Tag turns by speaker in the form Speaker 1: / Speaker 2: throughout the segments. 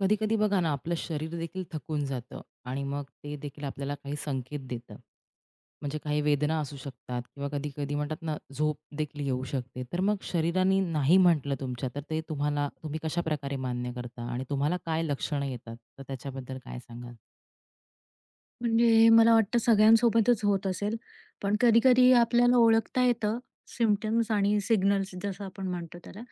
Speaker 1: कधी-कधी बघा ना, आपलं शरीर देखील थकून जातं आणि मग ते देखील आपल्याला काही संकेत देतं. म्हणजे काही वेदना असू शकतात किंवा कधी-कधी म्हणतात ना, झोप देखील येऊ शकते. तर मग शरीराने नाही म्हटलं तुमच्या, तर ते तुम्हाला तुम्ही कशाप्रकारे मान्य करता आणि तुम्हाला काय लक्षणं येतात? तर त्याच्याबद्दल काय सांगाल?
Speaker 2: म्हणजे मला वाटतं सगळ्यांसोबतच होत असेल. पण कधी-कधी आपल्याला ओळखता येतं सिम्प्टम्स आणि सिग्नल्स जसं आपण म्हणतो त्याला.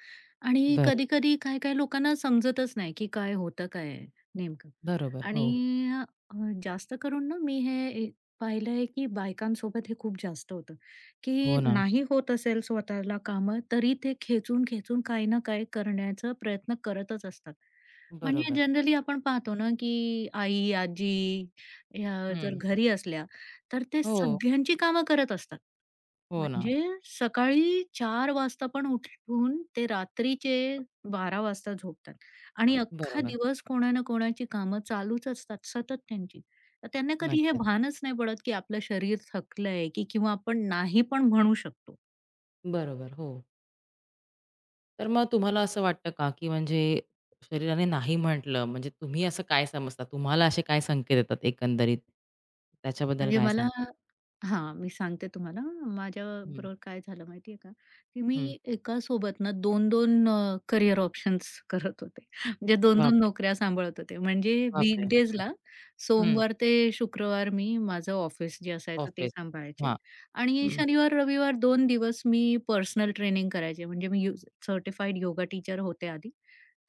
Speaker 2: आणि
Speaker 1: बरं.
Speaker 2: कधी-कधी काही-काही लोकांना समजतच नाही, की काय होतं काय आहे नेमकं.
Speaker 1: बरोबर. हो.
Speaker 2: आणि अ, जास्त करून ना मी हे पाहिलंय, की बायकांसोबत हे खूप जास्त होतं, की
Speaker 1: हो ना.
Speaker 2: नाही होत असेल स्वतःला कामं, तरी ते खेचून-खेचून काही ना काही करण्याचा प्रयत्न करतच असतात. म्हणजे
Speaker 1: बरोबर.
Speaker 2: जनरली आपण पाहतो ना, की आई, आजी ह्या जर
Speaker 1: हं.
Speaker 2: घरी असल्या, तर ते
Speaker 1: हो.
Speaker 2: सगळ्यांची कामं करत असतात.
Speaker 1: हो ना.
Speaker 2: म्हणजे सकाळी 4 वाजता पण उठून ते रात्रीचे 12 वाजता झोपतात आणि अख्खा
Speaker 1: बरोबर.
Speaker 2: दिवस कोणा ना कोणाची कामं चालूच असतात सतत त्यांची. तर त्यांना कधी हे
Speaker 1: नक्कीच.
Speaker 2: भानच नाही पडत, की आपलं शरीर थकलंय, की किंवा आपण नाही पण म्हणू शकतो.
Speaker 1: बरोबर. हो. तर मग तुम्हाला असं वाटतं का, की शरीराने नाही म्हटलं, म्हणजे तुम्ही असं काय समजता? तुम्हाला असे काय संकेत येतात एकंदरीत? त्याच्याबद्दल
Speaker 2: म्हणजे
Speaker 1: काय
Speaker 2: मला
Speaker 1: सांगाल?
Speaker 2: मी सांगते तुम्हाला.
Speaker 1: हं,
Speaker 2: माझ्याबरोबर काय झालं माहिती का, की
Speaker 1: हं.
Speaker 2: मी एका सोबत ना दोन-दोन करियर ऑप्शन्स करत होते. म्हणजे दोन-दोन
Speaker 1: बापरे!
Speaker 2: नोकऱ्या सांभाळत होते. म्हणजे
Speaker 1: बापरे! हं,
Speaker 2: वीकडीजला
Speaker 1: हं.
Speaker 2: सोमवार ते शुक्रवार मी माझं ऑफिस जे असायचं ते
Speaker 1: ऑफिस.
Speaker 2: सांभाळायचे
Speaker 1: हां.
Speaker 2: आणि
Speaker 1: हं.
Speaker 2: शनिवार, रविवार 2 दिवस मी पर्सनल ट्रेनिंग करायचे. म्हणजे मी यू सर्टिफाईड योगा टीचर होते आधी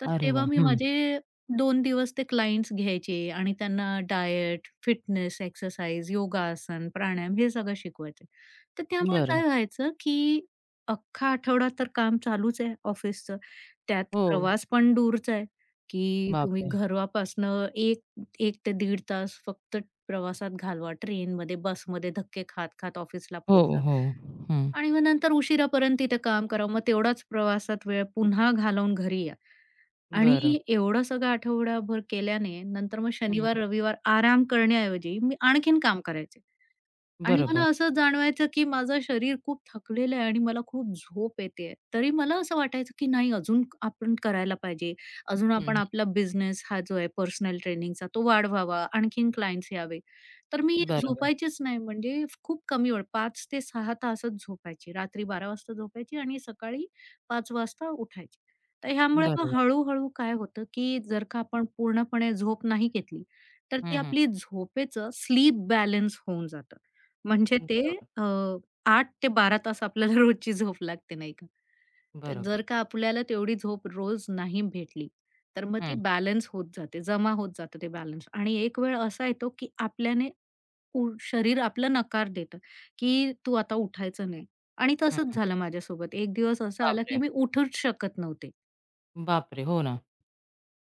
Speaker 2: तर
Speaker 1: अरे
Speaker 2: तेव्हा
Speaker 1: वाह!
Speaker 2: मी
Speaker 1: हं.
Speaker 2: माझे 2 दिवस ते क्लायंट्स घ्यायचे आणि त्यांना डायट, फिटनेस, एक्सरसाइज, योगासन, प्राणायाम हे सगळं शिकवायचे. तर त्यामुळे
Speaker 1: बरं.
Speaker 2: काय व्हायचं, की अख्खा आठवडा तर काम चालूच आहे ऑफिसचं. त्यात
Speaker 1: हो.
Speaker 2: प्रवास पण दूरचा आहे, की तुम्ही
Speaker 1: बापरे!
Speaker 2: घरापासनं 1 ते दीड तास फक्त प्रवासात घालवा. ट्रेनमध्ये, बसमध्ये धक्के खात-खात ऑफिसला
Speaker 1: हो,
Speaker 2: पोहोचा.
Speaker 1: हो. हं.
Speaker 2: आणि मग नंतर उशिरापर्यंत तिथे काम करावं. मग तेवढाच प्रवासात वेळ पुन्हा घालवून घरी या. आणि
Speaker 1: बरं.
Speaker 2: एवढं सगळं आठवडाभर केल्याने नंतर मग
Speaker 1: हं.
Speaker 2: शनिवार, रविवार आराम करण्याऐवजी मी आणखीन काम करायचे. आणि मला
Speaker 1: बरोबर.
Speaker 2: असं जाणवायचं, की माझं शरीर खूप थकलेलं आहे आणि मला खूप झोप येतेय. तरी मला असं वाटायचं, की नाही अजून आपण करायला पाहिजे. अजून
Speaker 1: हं,
Speaker 2: आपण
Speaker 1: हं.
Speaker 2: आपला बिझनेस हा जो आहे पर्सनल ट्रेनिंगचा तो वाढवावा, आणखीन क्लायंट्स यावे. तर मी
Speaker 1: बरोबर.
Speaker 2: झोपायचीच नाही म्हणजे खूप कमी वेळ 5 ते 6 तासच झोपायची. रात्री 12 वाजता झोपायची आणि सकाळी 5 वाजता उठायची. तर ह्यामुळे मग
Speaker 1: बरोबर.
Speaker 2: हळू काय होतं, की जर का आपण पूर्णपणे झोप नाही घेतली, तर ती
Speaker 1: हं, हं.
Speaker 2: आपली झोपेचं स्लीप बॅलन्स होऊन जातं. म्हणजे ते
Speaker 1: बरोबर.
Speaker 2: अ, 8 ते 12 तास आपल्याला रोजची झोप लागते, नाही का? तर
Speaker 1: बरोबर.
Speaker 2: जर का आपल्याला तेवढी झोप रोज नाही भेटली, तर मग ती
Speaker 1: हं,
Speaker 2: बॅलन्स होत जाते, जमा होत जातं ते बॅलन्स आणि एक वेळ असा येतो, की आपल्याने शरीर आपलं नकार देतं, की "तू आता उठायचं नाही". आणि तसंच
Speaker 1: हं.
Speaker 2: झालं माझ्यासोबत. एक दिवस असा आला, की
Speaker 1: बापरे!
Speaker 2: मी उठूच शकत नव्हते.
Speaker 1: बापरे! हो ना.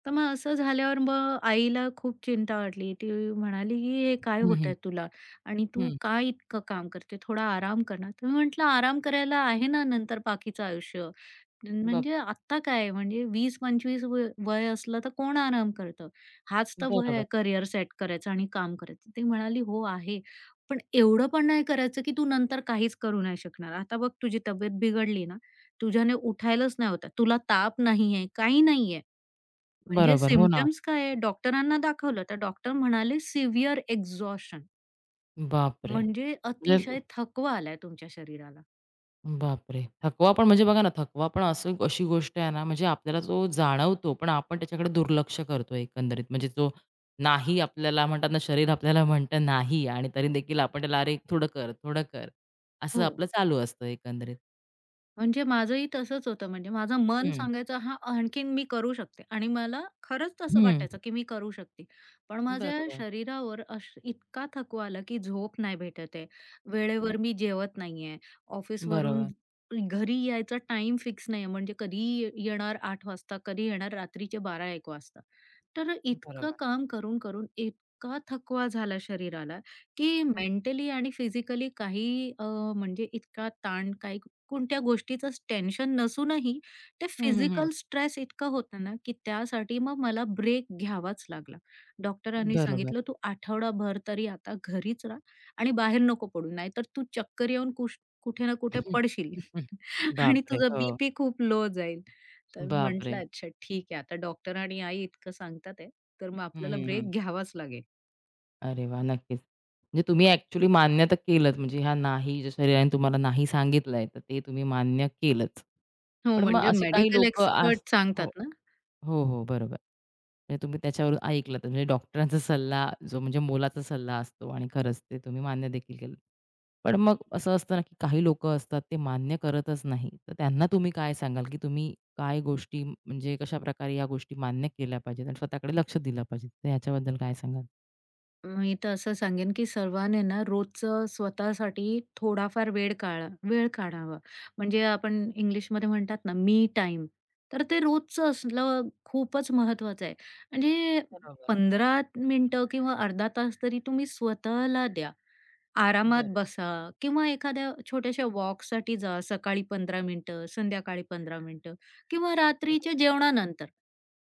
Speaker 2: तर मग असं झाल्यावर मग आईला खूप चिंता वाटली. ती म्हणाली, की "हे काय
Speaker 1: हं, हं.
Speaker 2: होतंय तुला? आणि तू
Speaker 1: हं.
Speaker 2: का इतकं काम करते? थोडा आराम कर ना." तर मी म्हटलं, "आराम करायला आहे ना नंतर बाकीचं आयुष्य.
Speaker 1: बब
Speaker 2: म्हणजे आत्ता काय म्हणजे 20-25 वय वय असलं तर कोण आराम करतं? हाच तर वय
Speaker 1: बरोबर.
Speaker 2: आहे करिअर सेट करायचं आणि काम करायचं." ती म्हणाली, "हो आहे, पण एवढं पण नाही करायचं, की तू नंतर काहीच करू नाही शकणार. आता बघ तुझी तब्येत बिघडली ना, तुझ्याने उठायलाच नाही होत तुला ताप नाहीये, काही नाहीये. म्हणजे
Speaker 1: बरोबर. हो ना.
Speaker 2: सिम्पटम्स काय आहे? डॉक्टरांना दाखवलं, तर डॉक्टर म्हणाले सिव्हिअर एक्झॉशन
Speaker 1: बापरे!
Speaker 2: म्हणजे
Speaker 1: म्हणजे
Speaker 2: अतिशय थकवा आलाय तुमच्या शरीराला.
Speaker 1: बापरे! थकवा पण म्हणजे बघा ना, थकवा पण अशी गोष्ट आहे ना, म्हणजे आपल्याला तो जाणवतो, पण आपण त्याच्याकडे दुर्लक्ष करतो एकंदरीत. म्हणजे तो नाही आपल्याला म्हणतात ना, शरीर आपल्याला म्हणतं नाही आणि तरी देखील आपण त्याला, "अरे थोडं कर, थोडं कर." असं
Speaker 2: हो.
Speaker 1: आपलं चालू असतं एकंदरीत.
Speaker 2: म्हणजे माझंही तसंच होतं. म्हणजे माझं मन
Speaker 1: हं,
Speaker 2: सांगायचं, "हां, आणखीन मी करू शकते" आणि मला खरंच तसं
Speaker 1: हं.
Speaker 2: वाटायचं, की मी करू शकते. पण माझ्या
Speaker 1: बरोबर.
Speaker 2: शरीरावर इतका थकवा आला, की झोप नाही भेटत आहे.
Speaker 1: हं.
Speaker 2: वेळेवर मी जेवत नाहीये. ऑफिसवरून
Speaker 1: बरोबर,
Speaker 2: घरी यायचा टाईम फिक्स नाहीये. म्हणजे कधी येणार 8:00 वाजता, कधी येणार रात्रीचे 12:00-1:00 वाजता. तर इतकं
Speaker 1: बरोबर.
Speaker 2: काम करून, करून इतका थकवा झाला शरीराला, की
Speaker 1: हं,
Speaker 2: मेंटली आणि फिजिकली काही म्हणजे इतका ताण, काही कोणत्या गोष्टीचंच टेन्शन नसूनही ते
Speaker 1: हं,
Speaker 2: फिजिकल स्ट्रेस इतकं होतं ना, की त्यासाठी मग मला ब्रेक घ्यावाच लागला. डॉक्टरांनी
Speaker 1: बरोबर.
Speaker 2: सांगितलं, "तू आठवडाभर तरी आता घरीच राहा आणि बाहेर नको पडू, नाहीतर तू चक्कर येऊन कुठे ना कुठे
Speaker 1: हं,
Speaker 2: पडशील."
Speaker 1: हं,
Speaker 2: आणि
Speaker 1: बापरे!
Speaker 2: तुझा बीपी
Speaker 1: हो.
Speaker 2: पी खूप लो जाईल. तर म्हटलं,
Speaker 1: बापरे!
Speaker 2: "अच्छा ठीक आहे, आता डॉक्टर आणि आई इतकं सांगतात आहे, तर मग
Speaker 1: हं,
Speaker 2: आपल्याला
Speaker 1: हं, हं.
Speaker 2: ब्रेक घ्यावाच लागेल."
Speaker 1: अरे वाह! नक्कीच. म्हणजे तुम्ही ॲक्चुअली मान्य तर केलंच म्हणजे ह्या नाही ज्या शरीराने तुम्हाला नाही सांगितलंय, तर ते तुम्ही मान्य केलंच.
Speaker 2: हो,
Speaker 1: पण मग
Speaker 2: म्हणजे
Speaker 1: असे काही
Speaker 2: मेडिकल
Speaker 1: लोकं आस
Speaker 2: एक्सपर्ट
Speaker 1: हो,
Speaker 2: सांगतात ना,
Speaker 1: हो, बरोबर. म्हणजे तुम्ही त्याच्यावरून ऐकलत म्हणजे डॉक्टरांचा सल्ला जो म्हणजे मोलाचा सल्ला असतो आणि खरंच ते तुम्ही मान्य देखील केलं. पण मग असं असतं ना, की काही लोकं असतात ते मान्य करतच नाही. तर त्यांना तुम्ही काय सांगाल, की तुम्ही काय गोष्टी म्हणजे कशाप्रकारे या गोष्टी मान्य केल्या पाहिजेत आणि स्वतःकडे लक्ष दिलं पाहिजे? तर याच्याबद्दल काय सांगाल?
Speaker 2: मी तर असं सांगेन, की सर्वांनी ना रोजचं स्वतःसाठी थोडाफार वेळ काढावा. म्हणजे आपण इंग्लिशमध्ये म्हणतात ना, मी टाईम. तर ते रोजचं असलं खूपच महत्वाचं आहे. म्हणजे
Speaker 1: बरोबर,
Speaker 2: 15 मिनिटं किंवा अर्धा तास तरी तुम्ही स्वतःला द्या. आरामात
Speaker 1: बरोबर,
Speaker 2: बसा किंवा एखाद्या छोट्याशा वॉकसाठी जा. सकाळी 15 मिनिटं, संध्याकाळी 15 मिनिटं किंवा
Speaker 1: बरोबर.
Speaker 2: रात्रीच्या जेवणानंतर.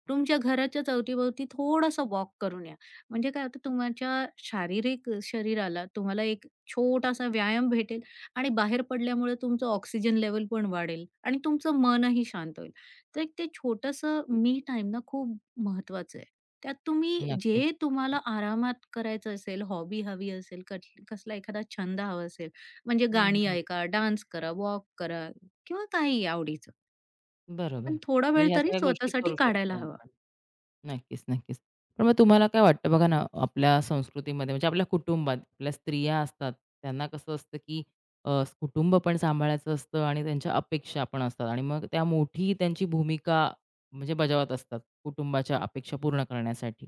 Speaker 2: तुमच्या घराच्या अवतीभवती थोडासा वॉक करून या. म्हणजे काय होतं तुमच्या शारीरिक शरीराला तुम्हाला एक छोटासा व्यायाम भेटेल आणि बाहेर पडल्यामुळे तुमचं ऑक्सिजन लेव्हल पण वाढेल आणि तुमचं मनही शांत होईल. तर एक ते छोटंसं मी टाईम ना खूप महत्वाचं आहे. त्यात तुम्ही
Speaker 1: हं, नक्कीच.
Speaker 2: जे तुम्हाला आरामात करायचं असेल, हॉबी हवी असेल, कसला एखादा छंद हवा असेल, म्हणजे
Speaker 1: हं,
Speaker 2: गाणी
Speaker 1: हं.
Speaker 2: ऐका, डान्स करा, वॉक करा किंवा काहीही आवडीचं.
Speaker 1: बरोबर.
Speaker 2: पण थोडा वेळ
Speaker 1: म्हणजे ह्या
Speaker 2: तरी
Speaker 1: सगळ्या गोष्टी
Speaker 2: स्वतःसाठी
Speaker 1: करू
Speaker 2: काढायला
Speaker 1: शकतो
Speaker 2: हवा.
Speaker 1: आपण. नक्कीच. पण मग तुम्हाला काय वाटतं बघा ना, आपल्या संस्कृतीमध्ये म्हणजे आपल्या कुटुंबात आपल्या स्त्रिया असतात, त्यांना कसं असतं, की कुटुंब पण सांभाळायचं असतं आणि त्यांच्या अपेक्षा पण असतात आणि मग त्या मोठी त्यांची भूमिका म्हणजे बजावत असतात, कुटुंबाच्या अपेक्षा पूर्ण करण्यासाठी.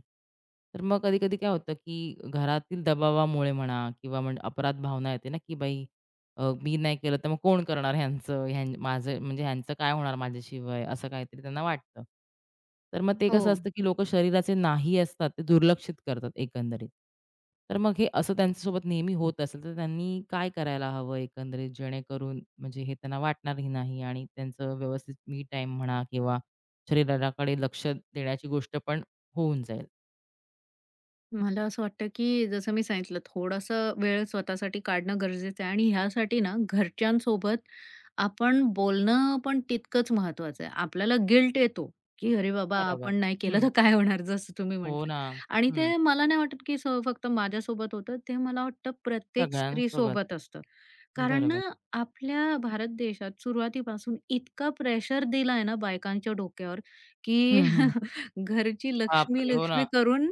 Speaker 1: तर मग कधी-कधी काय होतं, की घरातील दबावामुळे म्हणा किंवा म्हणजे अपराध भावना येते ना, की बाई मी नाही केलं तर मग कोण करणार ह्यांचं माझं म्हणजे ह्यांचं काय होणार माझ्याशिवाय असं काहीतरी त्यांना वाटतं. तर मग ते
Speaker 2: हो.
Speaker 1: कसं असतं, की लोकं शरीराचे नाही असतात ते दुर्लक्षित करतात एकंदरीत. तर मग हे असं त्यांच्यासोबत नेहमी होत असेल तर त्यांनी काय करायला हवं एकंदरीत जेणेकरून म्हणजे हे त्यांना वाटणारही नाही आणि त्यांचं व्यवस्थित मी टाईम म्हणा किंवा शरीराकडे लक्ष देण्याची गोष्ट पण होऊन जाईल.
Speaker 2: मला असं वाटतं, की जसं मी सांगितलं थोडासा वेळ स्वतःसाठी काढणं गरजेचं आहे आणि ह्यासाठी ना घरच्यांसोबत आपण बोलणं पण तितकंच महत्वाचं आहे. आपल्याला गिल्ट येतो, की अरे बाबा
Speaker 1: बरोबर.
Speaker 2: आपण नाही केलं
Speaker 1: हं.
Speaker 2: तर काय होणार जसं तुम्ही
Speaker 1: हो
Speaker 2: म्हटलं
Speaker 1: ना.
Speaker 2: आणि
Speaker 1: हं.
Speaker 2: ते मला नाही वाटत, की फक्त माझ्यासोबत होतं. ते मला वाटतं प्रत्येक
Speaker 1: सगळ्यांसोबत.
Speaker 2: स्त्रीसोबत असतं. कारण ना,
Speaker 1: बरोबर.
Speaker 2: आपल्या भारत देशात सुरुवातीपासून इतका प्रेशर दिलाय ना बायकांच्या डोक्यावर, की
Speaker 1: हं, हं.
Speaker 2: घरची लक्ष्मी,
Speaker 1: बापरे! हो ना.
Speaker 2: लक्ष्मी करून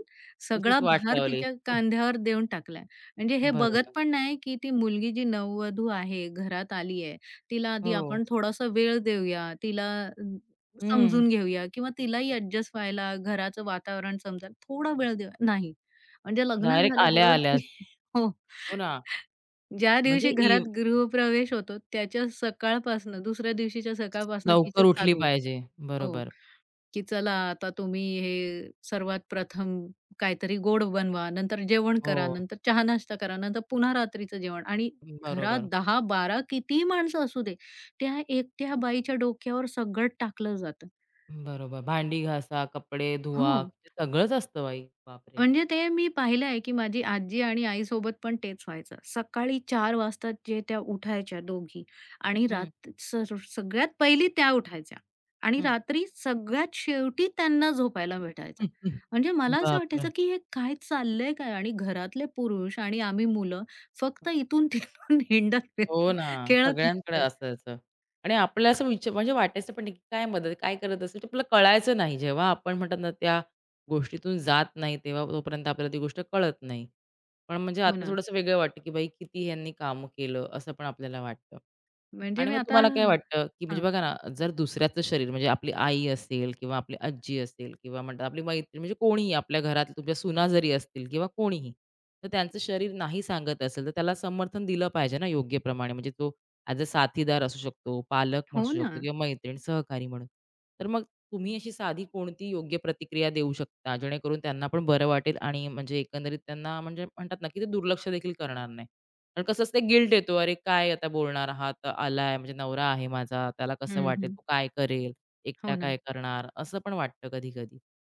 Speaker 2: सगळा
Speaker 1: तशीच वाट
Speaker 2: भार
Speaker 1: लावली.
Speaker 2: तिच्या
Speaker 1: हं,
Speaker 2: कांद्यावर देऊन टाकलाय. म्हणजे हे बघत
Speaker 1: बरोबर.
Speaker 2: पण नाही, की ती मुलगी जी नववधू आहे, घरात आली आहे, तिला आधी
Speaker 1: हो.
Speaker 2: आपण थोडासा वेळ देऊया, तिला
Speaker 1: हं.
Speaker 2: समजून घेऊया किंवा तिलाही ॲडजस्ट व्हायला, घराचं वातावरण समजायला थोडा वेळ देऊया. नाही, म्हणजे लग्न
Speaker 1: डायरेक्ट
Speaker 2: झाल्याबरोबर
Speaker 1: आल्या-आल्याच.
Speaker 2: हो.
Speaker 1: हो ना.
Speaker 2: ज्या दिवशी
Speaker 1: म्हणजे इव
Speaker 2: घरात गृहप्रवेश होतो, त्याच्या सकाळपासनं दुसऱ्या दिवशीच्या सकाळपासनं तिचं
Speaker 1: लवकर उठली
Speaker 2: चालू.
Speaker 1: पाहिजे.
Speaker 2: हो,
Speaker 1: बरोबर.
Speaker 2: की चला आता तुम्ही हे सर्वात प्रथम काहीतरी गोड बनवा, नंतर जेवण
Speaker 1: हो.
Speaker 2: करा, नंतर चहा-नाश्ता करा, नंतर पुन्हा रात्रीचं जेवण आणि घरात
Speaker 1: बरोबर.
Speaker 2: 10-12 कितीही माणसं असू दे, त्या एकट्या बाईच्या डोक्यावर सगळं टाकलं जातं.
Speaker 1: बरोबर. भांडी घासा, कपडे धुवा,
Speaker 2: हो.
Speaker 1: सगळंच असतं बाई. बापरे!
Speaker 2: म्हणजे ते मी पाहिलं आहे, की माझी आजी आणि आईसोबत पण तेच व्हायचं. सकाळी 4 वाजता जे त्या उठायच्या दोघी आणि
Speaker 1: हं,
Speaker 2: रात स सगळ्यात पहिली त्या उठायच्या आणि
Speaker 1: हं.
Speaker 2: रात्री सगळ्यात शेवटी त्यांना झोपायला भेटायचं. म्हणजे मला असं
Speaker 1: बापरे!
Speaker 2: वाटायचं, की हे काय चाललंय काय? आणि घरातले पुरुष आणि आम्ही मुलं फक्त इथून-तिथून हिंडत
Speaker 1: हो
Speaker 2: फिरतोय,
Speaker 1: ना,
Speaker 2: खेळत
Speaker 1: सगळ्यांकडे
Speaker 2: फिरतोय.
Speaker 1: असायचं आणि आपल्याला असं विच म्हणजे वाटायचं पण नाही, की काय मदत, काय करत असेल? ते आपल्याला कळायचं नाही. जेव्हा आपण म्हणतात ना, त्या गोष्टीतून जात नाही, तेव्हा तोपर्यंत आपल्याला ती गोष्ट कळत नाही. पण म्हणजे
Speaker 2: हो
Speaker 1: आता
Speaker 2: ना.
Speaker 1: थोडंसं वेगळं वाटतं, की बाई किती ह्यांनी कामं केलं, असं पण आपल्याला वाटतं.
Speaker 2: म्हणजे
Speaker 1: आणि
Speaker 2: मी
Speaker 1: मग
Speaker 2: आता
Speaker 1: तुम्हाला काय
Speaker 2: हां.
Speaker 1: वाटतं, की म्हणजे बघा ना, जर दुसऱ्याचं शरीर म्हणजे आपली आई असेल किंवा आपली आजी असेल किंवा म्हणतात आपली मैत्रीण म्हणजे कोणीही आपल्या घरात तुमच्या सुना जरी असतील किंवा कोणीही, तर त्यांचं शरीर नाही सांगत असेल, तर त्याला समर्थन दिलं पाहिजे ना योग्य प्रमाणे. म्हणजे तो ॲज अ साथीदार असू शकतो, पालक म्हणू
Speaker 2: हो ना.
Speaker 1: शकतो किंवा मैत्रीण, सहकारी म्हणून. तर मग तुम्ही अशी साधी कोणती योग्य प्रतिक्रिया देऊ शकता, जेणेकरून त्यांना पण बरं वाटेल आणि म्हणजे एकंदरीत त्यांना म्हणजे म्हणतात ना, की ते दुर्लक्ष देखील करणार नाही? आणि कसं असतं गिल्ट येतो, "अरे काय आता बोलणार हा तर आलाय, म्हणजे नवरा आहे माझा, त्याला कसं
Speaker 2: हं,
Speaker 1: वाटेल,
Speaker 2: हं.
Speaker 1: तो काय करेल,
Speaker 2: हो
Speaker 1: एकटा
Speaker 2: ना.
Speaker 1: काय करणार?" असं पण वाटतं कधी-कधी. तर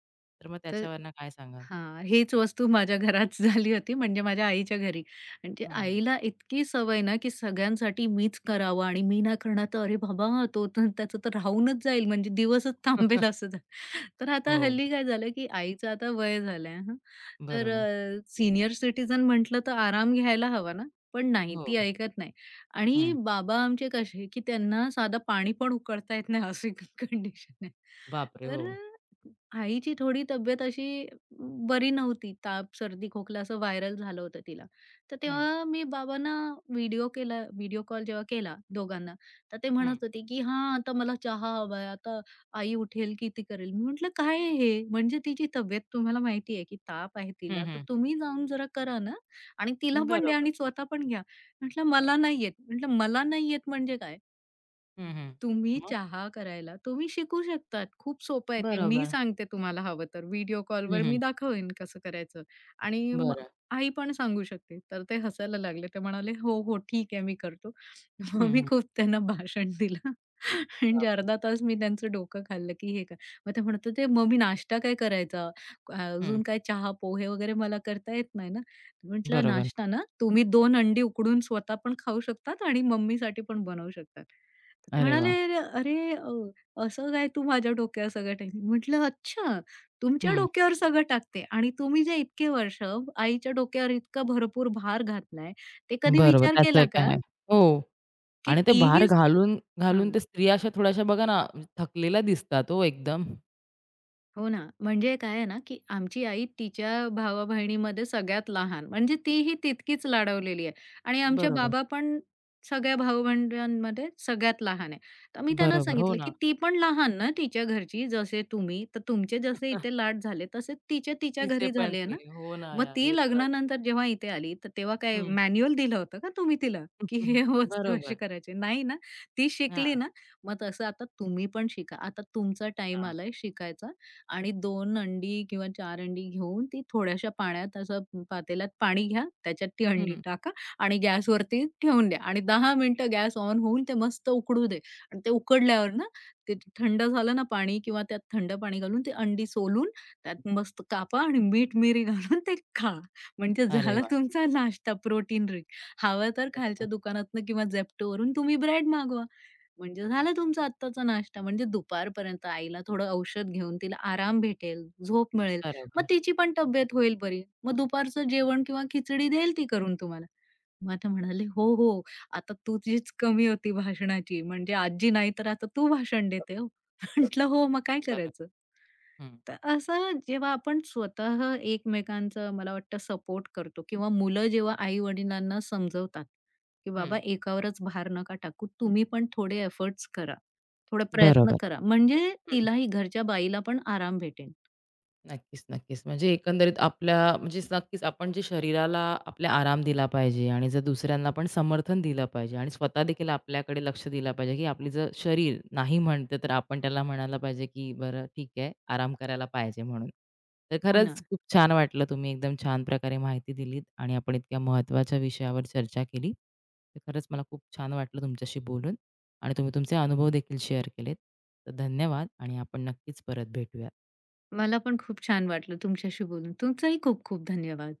Speaker 1: मग
Speaker 2: तर
Speaker 1: त्याच्यावरनं काय सांगाल?
Speaker 2: हां, हीच वस्तू माझ्या घरात झाली होती म्हणजे माझ्या आईच्या घरी. म्हणजे
Speaker 1: हं, हं.
Speaker 2: आईला इतकी सवय ना, की सगळ्यांसाठी मीच करावं आणि मी नाही करणार तर अरे बाबा तो तर त्याचं तर राहूनच जाईल म्हणजे दिवसच थांबेल असं झालं. तर आता
Speaker 1: हो,
Speaker 2: हल्ली काय झालं, की आईचं आता वय झालंय हं. तर
Speaker 1: बरोबर.
Speaker 2: सीनियर सिटिझन म्हटलं तर आराम घ्यायला हवा ना, पण नाही
Speaker 1: हो,
Speaker 2: ती ऐकत नाही. आणि
Speaker 1: हं.
Speaker 2: बाबा आमचे कसे, की त्यांना साधं पाणी पण उकळता येत नाही अशी कंडिशन आहे.
Speaker 1: बापरे!
Speaker 2: तर
Speaker 1: हो.
Speaker 2: आईची थोडी तब्येत अशी बरी नव्हती. ताप, सर्दी, खोकला असं व्हायरल झालं होतं तिला. तर
Speaker 1: हं,
Speaker 2: तेव्हा मी बाबांना व्हिडिओ कॉल जेव्हा केला दोघांना, तर ते
Speaker 1: हं.
Speaker 2: म्हणत होते, की "हां, आता मला चहा हवाय. आता आई उठेल की ती करेल." मी म्हटलं, "काय आहे हे? म्हणजे तिची तब्येत तुम्हाला माहिती आहे की ताप आहे
Speaker 1: हं,
Speaker 2: तिला, तर
Speaker 1: हं.
Speaker 2: तुम्ही जाऊन जरा करा ना आणि तिला पण द्या
Speaker 1: बरोबर.
Speaker 2: आणि स्वतः पण घ्या." म्हटलं,
Speaker 1: हं,
Speaker 2: "मला नाही येत." म्हटलं, "मला नाही येत म्हणजे काय?
Speaker 1: हं.
Speaker 2: तुम्ही
Speaker 1: मग?
Speaker 2: चहा करायला तुम्ही शिकू शकतात. खूप सोपं आहे ते. मी
Speaker 1: बरोबर.
Speaker 2: सांगते तुम्हाला हवं तर. व्हिडिओ
Speaker 1: हं,
Speaker 2: कॉलवर मी
Speaker 1: हं.
Speaker 2: दाखवेन कसं करायचं आणि
Speaker 1: बरं.
Speaker 2: आई पण सांगू शकते. तर ते हसायला लागले. ते म्हणाले, "हो, हो, ठीक आहे, मी करतो." मग
Speaker 1: हं,
Speaker 2: मी
Speaker 1: हं.
Speaker 2: खूप त्यांना भाषण दिलं. म्हणजे
Speaker 1: बापरे!
Speaker 2: अर्धा तास मी त्यांचं डोकं खाल्लं, की हे काय. मग ते म्हणत होते, "मग मी नाश्ता काय करायचा?
Speaker 1: हं.
Speaker 2: अजून काय चहा, पोहे वगैरे मला करता येत नाही ना." म्हटलं,
Speaker 1: बरोबर.
Speaker 2: "नाश्ता ना, तुम्ही 2 अंडी उकडून स्वतः पण खाऊ शकतात आणि मम्मीसाठी पण बनवू शकतात." तर ते
Speaker 1: अरे
Speaker 2: म्हणाले,
Speaker 1: वाह!
Speaker 2: "अरे, अरे, असं काय तू माझ्या डोक्यावर सगळं टाकते?" म्हटलं, "अच्छा, तुमच्या
Speaker 1: हं.
Speaker 2: डोक्यावर सगळं टाकते आणि तुम्ही जे इतके वर्ष आईच्या डोक्यावर इतका भरपूर भार घातलाय, ते कधी
Speaker 1: बरोबर.
Speaker 2: विचार
Speaker 1: त्याचं
Speaker 2: केला का,
Speaker 1: काय हो.
Speaker 2: की
Speaker 1: आणि ते भार
Speaker 2: तीही".
Speaker 1: घालून,
Speaker 2: हां.
Speaker 1: घालून ते स्त्रिया अशा थोड्याशा बघा ना, थकलेल्या दिसतात हो एकदम.
Speaker 2: हो ना, म्हणजे काय आहे ना, की आमची आई तिच्या भावा-बहिणीमध्ये सगळ्यात लहान, म्हणजे तीही तितकीच लाडवलेली आहे आणि आमचे
Speaker 1: बरोबर,
Speaker 2: बाबा पण सगळ्या भाऊ-बंधांमध्ये सगळ्यात लहान आहे. तर मी त्यांना
Speaker 1: बरोबर. हो
Speaker 2: सांगितलं,
Speaker 1: ना.
Speaker 2: की "ती पण लहान ना तिच्या घरची, जसे तुम्ही, तर तुमचे जसे इथे लाड झाले, तसे तिचे तिच्या
Speaker 1: तिचे
Speaker 2: घरी
Speaker 1: पण
Speaker 2: झाले
Speaker 1: ते.
Speaker 2: ना.
Speaker 1: हो ना
Speaker 2: मग
Speaker 1: यार,
Speaker 2: ती
Speaker 1: हे तर असतं.
Speaker 2: लग्नानंतर जेव्हा इथे आली, तर तेव्हा काय
Speaker 1: हं.
Speaker 2: मॅन्युअल दिलं होतं का तुम्ही तिला, की हे वस्तू अशी
Speaker 1: बरोबर.
Speaker 2: करायची? नाही ना. ती शिकली
Speaker 1: हां.
Speaker 2: ना, मग तसं आता तुम्ही पण शिका. आता तुमचा
Speaker 1: हो
Speaker 2: टाईम
Speaker 1: ना.
Speaker 2: आलाय शिकायचा आणि दोन अंडी किंवा चार अंडी घेऊन ती थोड्याशा पाण्यात असं पातेल्यात पाणी घ्या, त्याच्यात ती अंडी
Speaker 1: हं.
Speaker 2: टाका आणि गॅसवरती ठेवून द्या आणि 10 मिनिटं गॅस ऑन होऊन ते मस्त उकडू दे आणि ते उकडल्यावर ना, ते थंड झालं ना पाणी किंवा त्यात थंड पाणी घालून ती अंडी सोलून त्यात मस्त कापा आणि मीठ मिरी घालून ते खा. म्हणजे
Speaker 1: अरे
Speaker 2: झाला
Speaker 1: वाह!
Speaker 2: तुमचा नाश्ता प्रोटीन रिच. हवं तर
Speaker 1: अरे वाह!
Speaker 2: खालच्या दुकानातनं किंवा Zeptoवरून तुम्ही ब्रेड मागवा. म्हणजे झाला तुमचा आत्ताचा नाश्ता. म्हणजे दुपारपर्यंत आईला थोडं औषध घेऊन तिला आराम भेटेल, झोप मिळेल. मग
Speaker 1: बरोबर.
Speaker 2: तिची पण तब्येत होईल बरी. मग दुपारचं जेवण किंवा खिचडी देईल ती करून तुम्हाला. मग ते म्हणाले, "हो, हो. आता तुझीच कमी होती भाषणाची. म्हणजे आजी नाही तर आता तू भाषण देते हो." म्हटलं, "हो, मग काय
Speaker 1: बरोबर.
Speaker 2: करायचं?"
Speaker 1: हं,
Speaker 2: तर असं जेव्हा आपण स्वतः एकमेकांचं मला वाटतं सपोर्ट करतो किंवा मुलं जेव्हा आई-वडिलांना समजवतात, की "बाबा
Speaker 1: हं.
Speaker 2: एकावरच भार नका टाकू. तुम्ही पण थोडे एफर्ट्स करा. थोडा प्रयत्न
Speaker 1: बरोबर.
Speaker 2: करा." म्हणजे
Speaker 1: हं.
Speaker 2: तिलाही, घरच्या बाईला पण आराम भेटेल.
Speaker 1: नक्कीच. म्हणजे एकंदरीत आपल्या म्हणजे नक्कीच आपण जे शरीराला आपल्या आराम दिला पाहिजे आणि जर दुसऱ्यांना पण समर्थन दिलं पाहिजे आणि स्वतःदेखील आपल्याकडे लक्ष दिलं पाहिजे, की आपली जर शरीर नाही म्हणतं, तर आपण त्याला म्हणायला पाहिजे, की "बरं ठीक आहे, आराम करायला पाहिजे" म्हणून. तर
Speaker 2: हो
Speaker 1: खरंच
Speaker 2: ना.
Speaker 1: खूप छान वाटलं. तुम्ही एकदम छान प्रकारे माहिती दिलीत आणि आपण इतक्या महत्त्वाच्या विषयावर चर्चा केली. तर खरंच मला खूप छान वाटलं तुमच्याशी बोलून आणि तुम्ही तुमचे अनुभव देखील शेअर केलेत. तर धन्यवाद आणि आपण नक्कीच परत भेटूया.
Speaker 2: मला पण खूप छान वाटलं तुमच्याशी बोलून. तुमचाही खूप खूप धन्यवाद.